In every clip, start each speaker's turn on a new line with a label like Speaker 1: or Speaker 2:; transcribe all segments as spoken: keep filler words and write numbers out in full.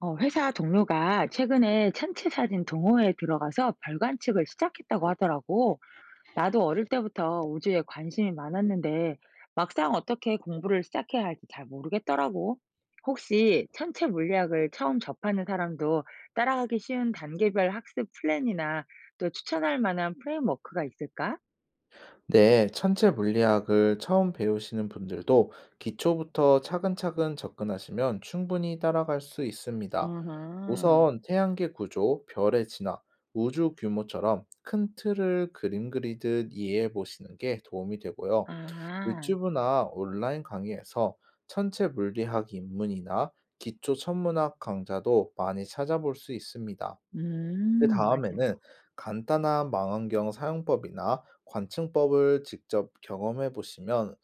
Speaker 1: 어, 회사 동료가 최근에 천체 사진 동호회에 들어가서 별 관측을 시작했다고 하더라고. 나도 어릴 때부터 우주에 관심이 많았는데 막상 어떻게 공부를 시작해야 할지 잘 모르겠더라고. 혹시 천체 물리학을 처음 접하는 사람도 따라가기 쉬운 단계별 학습 플랜이나 또 추천할 만한 프레임워크가 있을까?
Speaker 2: 네, 천체 물리학을 처음 배우시는 분들도 기초부터 차근차근 접근하시면 충분히 따라갈 수 있습니다.
Speaker 1: 아하,
Speaker 2: 우선 태양계 구조, 별의 진화, 우주 규모처럼 큰 틀을 그림 그리듯 이해해 보시는 게 도움이 되고요.
Speaker 1: 아,
Speaker 2: 유튜브나 온라인 강의에서 천체 물리학 입문이나 기초 천문학 강좌도 많이 찾아볼 수 있습니다. 그
Speaker 1: 음, 맞아.
Speaker 2: 다음에는 간단한 망원경 사용법이나 관측법을 직접 경험해 보시면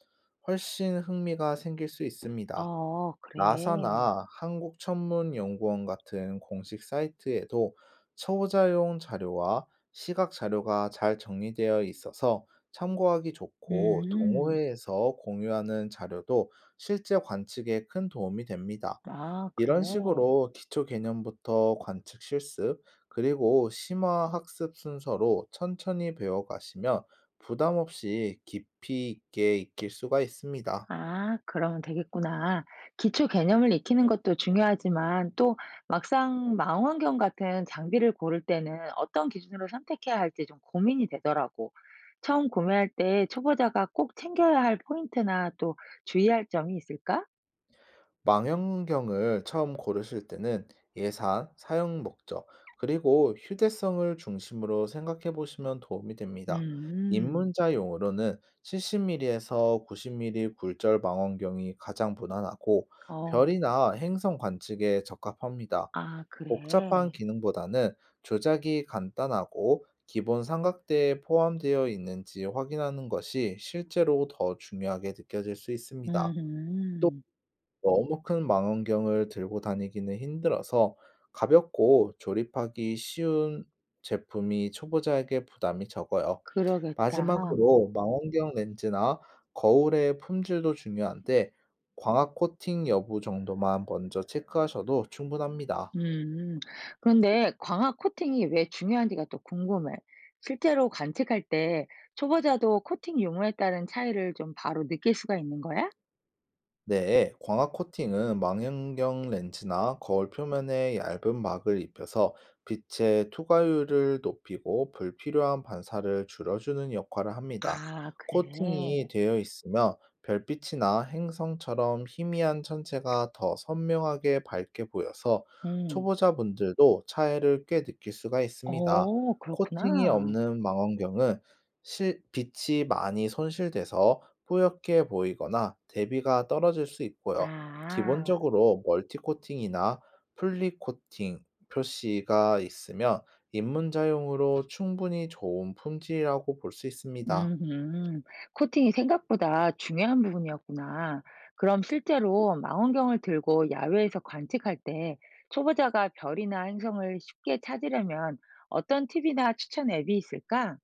Speaker 2: 훨씬 흥미가 생길 수 있습니다.
Speaker 1: 어, 그래.
Speaker 2: 나사나 한국천문연구원 같은 공식 사이트에도 초보자용 자료와 시각 자료가 잘 정리되어 있어서 참고하기 좋고,
Speaker 1: 음,
Speaker 2: 동호회에서 공유하는 자료도 실제 관측에 큰 도움이 됩니다.
Speaker 1: 아, 그래.
Speaker 2: 이런 식으로 기초 개념부터 관측 실습, 그리고 심화 학습 순서로 천천히 배워가시면 부담 없이 깊이 있게 익힐 수가 있습니다.
Speaker 1: 아, 그러면 되겠구나. 기초 개념을 익히는 것도 중요하지만 또 막상 망원경 같은 장비를 고를 때는 어떤 기준으로 선택해야 할지 좀 고민이 되더라고. 처음 구매할 때 초보자가 꼭 챙겨야 할 포인트나 또 주의할 점이 있을까?
Speaker 2: 망원경을 처음 고르실 때는 예산, 사용 목적, 그리고 휴대성을 중심으로 생각해 보시면 도움이 됩니다.
Speaker 1: 음,
Speaker 2: 입문자용으로는 칠십 밀리미터에서 구십 밀리미터 굴절 망원경이 가장 무난하고,
Speaker 1: 어,
Speaker 2: 별이나 행성 관측에 적합합니다.
Speaker 1: 아,
Speaker 2: 복잡한
Speaker 1: 그래.
Speaker 2: 기능보다는 조작이 간단하고 기본 삼각대에 포함되어 있는지 확인하는 것이 실제로 더 중요하게 느껴질 수 있습니다.
Speaker 1: 음,
Speaker 2: 너무 큰 망원경을 들고 다니기는 힘들어서 가볍고 조립하기 쉬운 제품이 초보자에게 부담이 적어요.
Speaker 1: 그러겠다.
Speaker 2: 마지막으로 망원경 렌즈나 거울의 품질도 중요한데, 광학 코팅 여부 정도만 먼저 체크하셔도 충분합니다.
Speaker 1: 음. 그런데 광학 코팅이 왜 중요한지가 또 궁금해. 실제로 관측할 때 초보자도 코팅 유무에 따른 차이를 좀 바로 느낄 수가 있는 거야?
Speaker 2: 네, 광학 코팅은 망원경 렌즈나 거울 표면에 얇은 막을 입혀서 빛의 투과율을 높이고 불필요한 반사를 줄여주는 역할을 합니다.
Speaker 1: 아, 그래.
Speaker 2: 코팅이
Speaker 1: 음.
Speaker 2: 되어 있으면 별빛이나 행성처럼 희미한 천체가 더 선명하게 밝게 보여서
Speaker 1: 음.
Speaker 2: 초보자분들도 차이를 꽤 느낄 수가 있습니다.
Speaker 1: 어,
Speaker 2: 코팅이
Speaker 1: 그렇구나.
Speaker 2: 없는 망원경은 실- 빛이 많이 손실돼서 뿌옇게 보이거나 대비가 떨어질 수 있고요.
Speaker 1: 아.
Speaker 2: 기본적으로 멀티코팅이나 플리코팅 표시가 있으면 입문자용으로 충분히 좋은 품질이라고 볼 수 있습니다.
Speaker 1: 음, 코팅이 생각보다 중요한 부분이었구나. 그럼 실제로 망원경을 들고 야외에서 관측할 때 초보자가 별이나 행성을 쉽게 찾으려면 어떤 팁이나 추천 앱이 있을까?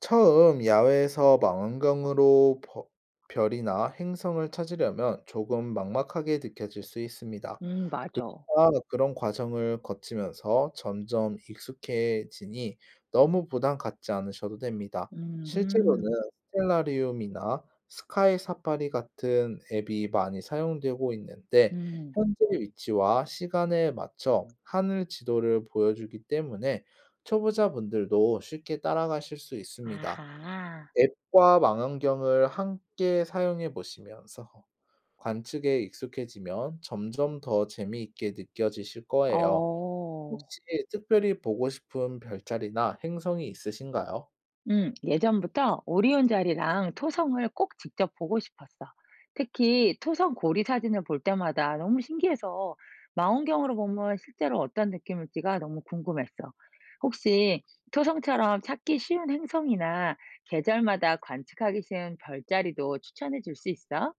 Speaker 2: 처음 야외에서 망원경으로 버- 별이나 행성을 찾으려면 조금 막막하게 느껴질 수 있습니다.
Speaker 1: 음, 맞아.
Speaker 2: 아, 그런 과정을 거치면서 점점 익숙해지니 너무 부담 갖지 않으셔도 됩니다.
Speaker 1: 음음.
Speaker 2: 실제로는 스텔라리움이나 스카이 사파리 같은 앱이 많이 사용되고 있는데,
Speaker 1: 음.
Speaker 2: 현재 위치와 시간에 맞춰 하늘 지도를 보여주기 때문에 초보자분들도 쉽게 따라가실 수 있습니다.
Speaker 1: 아하.
Speaker 2: 앱과 망원경을 함께 사용해 보시면서 관측에 익숙해지면 점점 더 재미있게 느껴지실 거예요.
Speaker 1: 어.
Speaker 2: 혹시 특별히 보고 싶은 별자리나 행성이 있으신가요?
Speaker 1: 음, 예전부터 오리온 자리랑 토성을 꼭 직접 보고 싶었어. 특히 토성 고리 사진을 볼 때마다 너무 신기해서 망원경으로 보면 실제로 어떤 느낌일지가 너무 궁금했어. 혹시 토성처럼 찾기 쉬운 행성이나 계절마다 관측하기 쉬운 별자리도 추천해 줄 수 있어?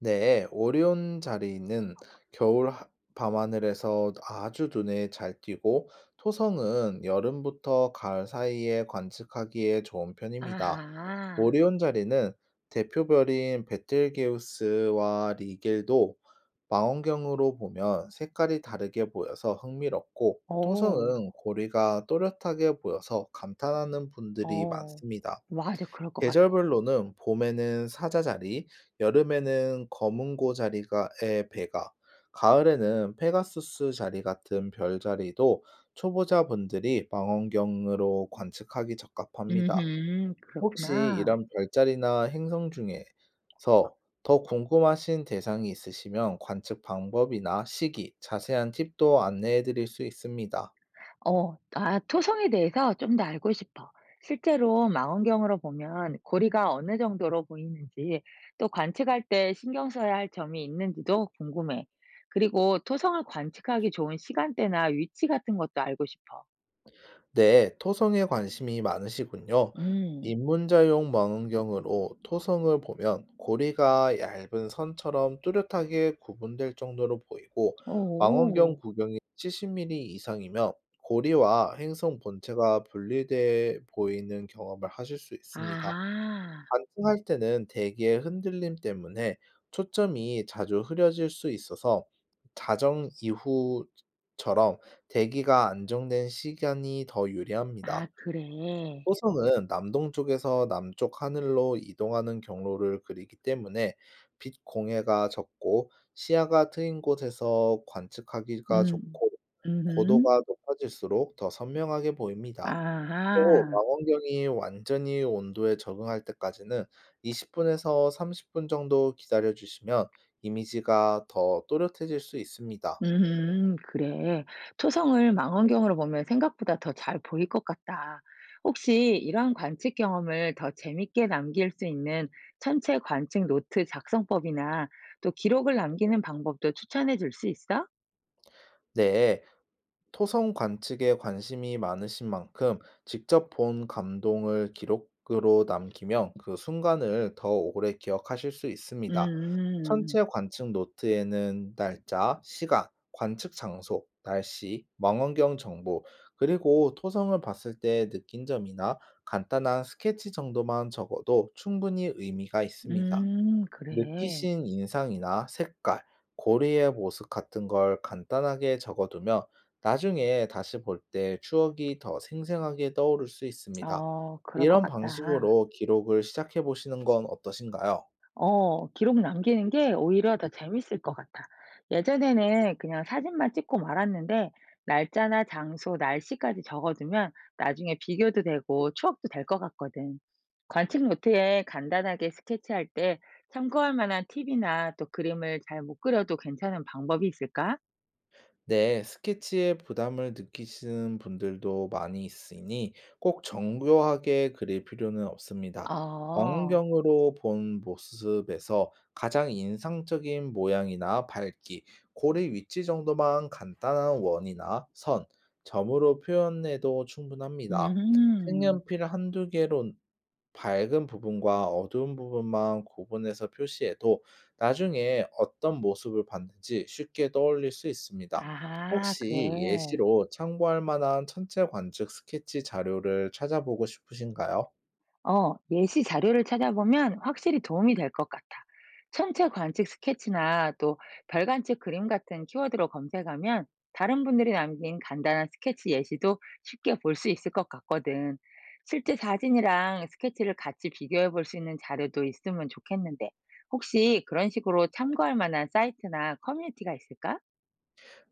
Speaker 2: 네, 오리온 자리는 겨울 하- 밤하늘에서 아주 눈에 잘 띄고, 토성은 여름부터 가을 사이에 관측하기에 좋은 편입니다.
Speaker 1: 아하.
Speaker 2: 오리온 자리는 대표별인 베틀게우스와 리겔도 망원경으로 보면 색깔이 다르게 보여서 흥미롭고,
Speaker 1: 오.
Speaker 2: 토성은 고리가 또렷하게 보여서 감탄하는 분들이
Speaker 1: 어.
Speaker 2: 많습니다.
Speaker 1: 맞아. 그럴 것 같아.
Speaker 2: 계절별로는 봄에는 사자 자리, 여름에는 검은고 자리가의 배가, 가을에는 페가수스 자리 같은 별 자리도 초보자분들이 망원경으로 관측하기 적합합니다.
Speaker 1: 음,
Speaker 2: 혹시
Speaker 1: 그렇구나.
Speaker 2: 이런 별자리나 행성 중에서 더 궁금하신 대상이 있으시면 관측 방법이나 시기, 자세한 팁도 안내해 드릴 수 있습니다.
Speaker 1: 어. 아, 토성에 대해서 좀 더 알고 싶어. 실제로 망원경으로 보면 고리가 어느 정도로 보이는지 또 관측할 때 신경 써야 할 점이 있는지도 궁금해. 그리고 토성을 관측하기 좋은 시간대나 위치 같은 것도 알고 싶어.
Speaker 2: 네, 토성에 관심이 많으시군요.
Speaker 1: 음.
Speaker 2: 입문자용 망원경으로 토성을 보면 고리가 얇은 선처럼 뚜렷하게 구분될 정도로 보이고, 망원경
Speaker 1: 오.
Speaker 2: 구경이 칠십 밀리미터 이상이면 고리와 행성 본체가 분리돼 보이는 경험을 하실 수 있습니다.
Speaker 1: 아하.
Speaker 2: 반등할 때는 대기의 흔들림 때문에 초점이 자주 흐려질 수 있어서, 자정 이후처럼 대기가 안정된 시간이 더
Speaker 1: 아,
Speaker 2: 유리합니다.
Speaker 1: 그래.
Speaker 2: 호성은 남동쪽에서 남쪽 하늘로 이동하는 경로를 그리기 때문에 빛 공해가 적고 시야가 트인 곳에서 관측하기가
Speaker 1: 음.
Speaker 2: 좋고,
Speaker 1: 음음.
Speaker 2: 고도가 높아질수록 더 선명하게 보입니다. 또
Speaker 1: 아하.
Speaker 2: 망원경이 완전히 온도에 적응할 때까지는 20 분에서 삼십 분 정도 기다려 주시면 이미지가 더 또렷해질 수 있습니다.
Speaker 1: 음, 그래. 초성을 망원경으로 보면 생각보다 더 잘 보일 것 같다. 혹시 이러한 관측 경험을 더 재밌게 남길 수 있는 천체 관측 노트 작성법이나 또 기록을 남기는 방법도 추천해 줄 수 있어?
Speaker 2: 네. 토성 관측에 관심이 많으신 만큼 직접 본 감동을 기록으로 남기면 그 순간을 더 오래 기억하실 수 있습니다.
Speaker 1: 음,
Speaker 2: 천체 관측 노트에는 날짜, 시간, 관측 장소, 날씨, 망원경 정보, 그리고 토성을 봤을 때 느낀 점이나 간단한 스케치 정도만 적어도 충분히 의미가
Speaker 1: 음,
Speaker 2: 있습니다.
Speaker 1: 음, 그래.
Speaker 2: 느끼신 인상이나 색깔, 고리의 모습 같은 걸 간단하게 적어두면 나중에 다시 볼 때 추억이 더 생생하게 떠오를 수 있습니다.
Speaker 1: 어, 그럴 것
Speaker 2: 이런
Speaker 1: 같다.
Speaker 2: 방식으로 기록을 시작해 보시는 건 어떠신가요?
Speaker 1: 어, 기록 남기는 게 오히려 더 재밌을 것 같아. 예전에는 그냥 사진만 찍고 말았는데 날짜나 장소, 날씨까지 적어두면 나중에 비교도 되고 추억도 될 것 같거든. 관측 노트에 간단하게 스케치할 때 참고할 만한 팁이나 또 그림을 잘 못 그려도 괜찮은 방법이 있을까?
Speaker 2: 네, 스케치에 부담을 느끼시는 분들도 많이 있으니 꼭 정교하게 그릴 필요는 없습니다.
Speaker 1: 어.
Speaker 2: 망원경으로 본 모습에서 가장 인상적인 모양이나 밝기, 고리 위치 정도만 간단한 원이나 선, 점으로 표현해도 충분합니다.
Speaker 1: 음.
Speaker 2: 색연필 한두 개로 밝은 부분과 어두운 부분만 구분해서 표시해도 나중에 어떤 모습을 봤는지 쉽게 떠올릴 수 있습니다.
Speaker 1: 아, 그래.
Speaker 2: 혹시 예시로 참고할 만한 천체 관측 스케치 자료를 찾아보고 싶으신가요?
Speaker 1: 어, 예시 자료를 찾아보면 확실히 도움이 될 것 같아. 천체 관측 스케치나 또 별관측 그림 같은 키워드로 검색하면 다른 분들이 남긴 간단한 스케치 예시도 쉽게 볼 수 있을 것 같거든. 실제 사진이랑 스케치를 같이 비교해 볼 수 있는 자료도 있으면 좋겠는데, 혹시 그런 식으로 참고할 만한 사이트나 커뮤니티가 있을까?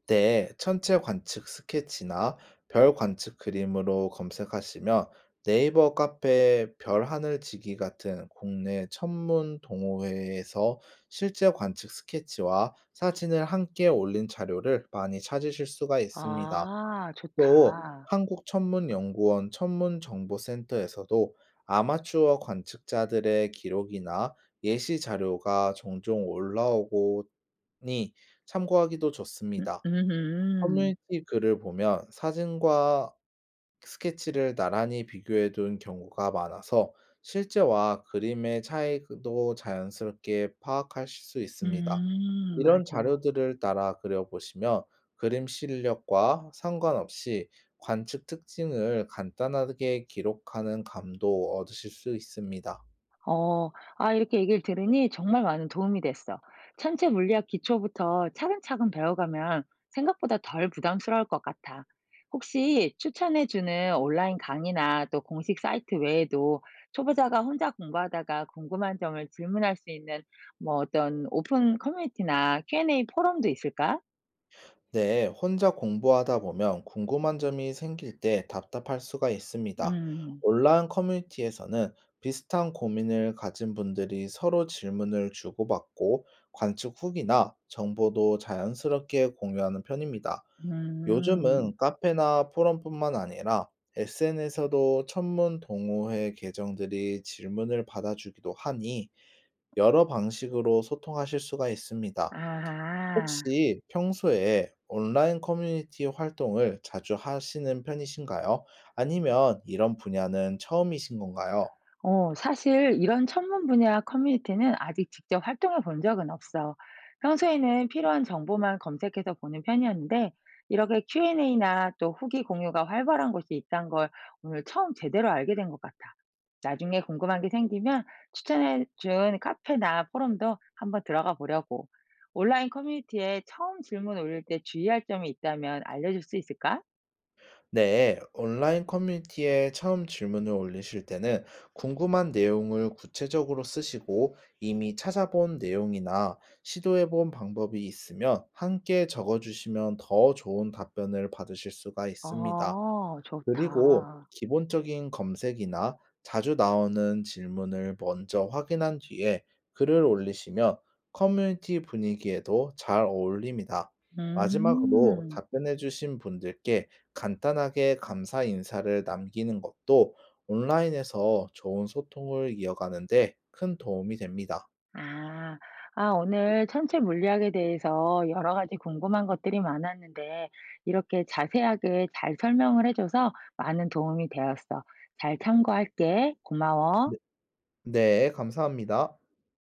Speaker 2: 네, 천체 관측 스케치나 별 관측 그림으로 검색하시면 네이버 카페 별 하늘지기 같은 국내 천문 동호회에서 실제 관측 스케치와 사진을 함께 올린 자료를 많이 찾으실 수가 있습니다.
Speaker 1: 아,
Speaker 2: 또
Speaker 1: 좋다.
Speaker 2: 한국천문연구원 천문정보센터에서도 아마추어 관측자들의 기록이나 예시 자료가 종종 올라오고니 참고하기도
Speaker 1: 음,
Speaker 2: 좋습니다.
Speaker 1: 음, 음,
Speaker 2: 커뮤니티 글을 보면 사진과 스케치를 나란히 비교해 둔 경우가 많아서 실제와 그림의 차이도 자연스럽게 파악하실 수 있습니다.
Speaker 1: 음,
Speaker 2: 이런
Speaker 1: 맞아.
Speaker 2: 자료들을 따라 그려보시면 그림 실력과 상관없이 관측 특징을 간단하게 기록하는 감도 얻으실 수 있습니다.
Speaker 1: 어, 아, 이렇게 얘기를 들으니 정말 많은 도움이 됐어. 천체 물리학 기초부터 차근차근 배워가면 생각보다 덜 부담스러울 것 같아. 혹시 추천해주는 온라인 강의나 또 공식 사이트 외에도 초보자가 혼자 공부하다가 궁금한 점을 질문할 수 있는 뭐 어떤 오픈 커뮤니티나 큐 앤 에이 포럼도 있을까?
Speaker 2: 네, 혼자 공부하다 보면 궁금한 점이 생길 때 답답할 수가 있습니다.
Speaker 1: 음,
Speaker 2: 온라인 커뮤니티에서는 비슷한 고민을 가진 분들이 서로 질문을 주고받고 관측 후기나 정보도 자연스럽게 공유하는 편입니다.
Speaker 1: 음,
Speaker 2: 요즘은 카페나 포럼뿐만 아니라 에스엔에스에서도 천문 동호회 계정들이 질문을 받아주기도 하니 여러 방식으로 소통하실 수가 있습니다.
Speaker 1: 아,
Speaker 2: 혹시 평소에 온라인 커뮤니티 활동을 자주 하시는 편이신가요? 아니면 이런 분야는 처음이신 건가요?
Speaker 1: 어, 사실 이런 천문 분야 커뮤니티는 아직 직접 활동해 본 적은 없어. 평소에는 필요한 정보만 검색해서 보는 편이었는데, 이렇게 큐 앤 에이나 또 후기 공유가 활발한 곳이 있다는 걸 오늘 처음 제대로 알게 된 것 같아. 나중에 궁금한 게 생기면 추천해 준 카페나 포럼도 한번 들어가 보려고. 온라인 커뮤니티에 처음 질문 올릴 때 주의할 점이 있다면 알려줄 수 있을까?
Speaker 2: 네, 온라인 커뮤니티에 처음 질문을 올리실 때는 궁금한 내용을 구체적으로 쓰시고, 이미 찾아본 내용이나 시도해본 방법이 있으면 함께 적어주시면 더 좋은 답변을 받으실 수가 있습니다.
Speaker 1: 아,
Speaker 2: 그리고
Speaker 1: 좋다.
Speaker 2: 기본적인 검색이나 자주 나오는 질문을 먼저 확인한 뒤에 글을 올리시면 커뮤니티 분위기에도 잘 어울립니다. 마지막으로
Speaker 1: 음.
Speaker 2: 답변해주신 분들께 간단하게 감사 인사를 남기는 것도 온라인에서 좋은 소통을 이어가는데 큰 도움이 됩니다.
Speaker 1: 아. 아, 오늘 천체 물리학에 대해서 여러 가지 궁금한 것들이 많았는데 이렇게 자세하게 잘 설명을 해 줘서 많은 도움이 되었어. 잘 참고할게. 고마워.
Speaker 2: 네, 네, 감사합니다.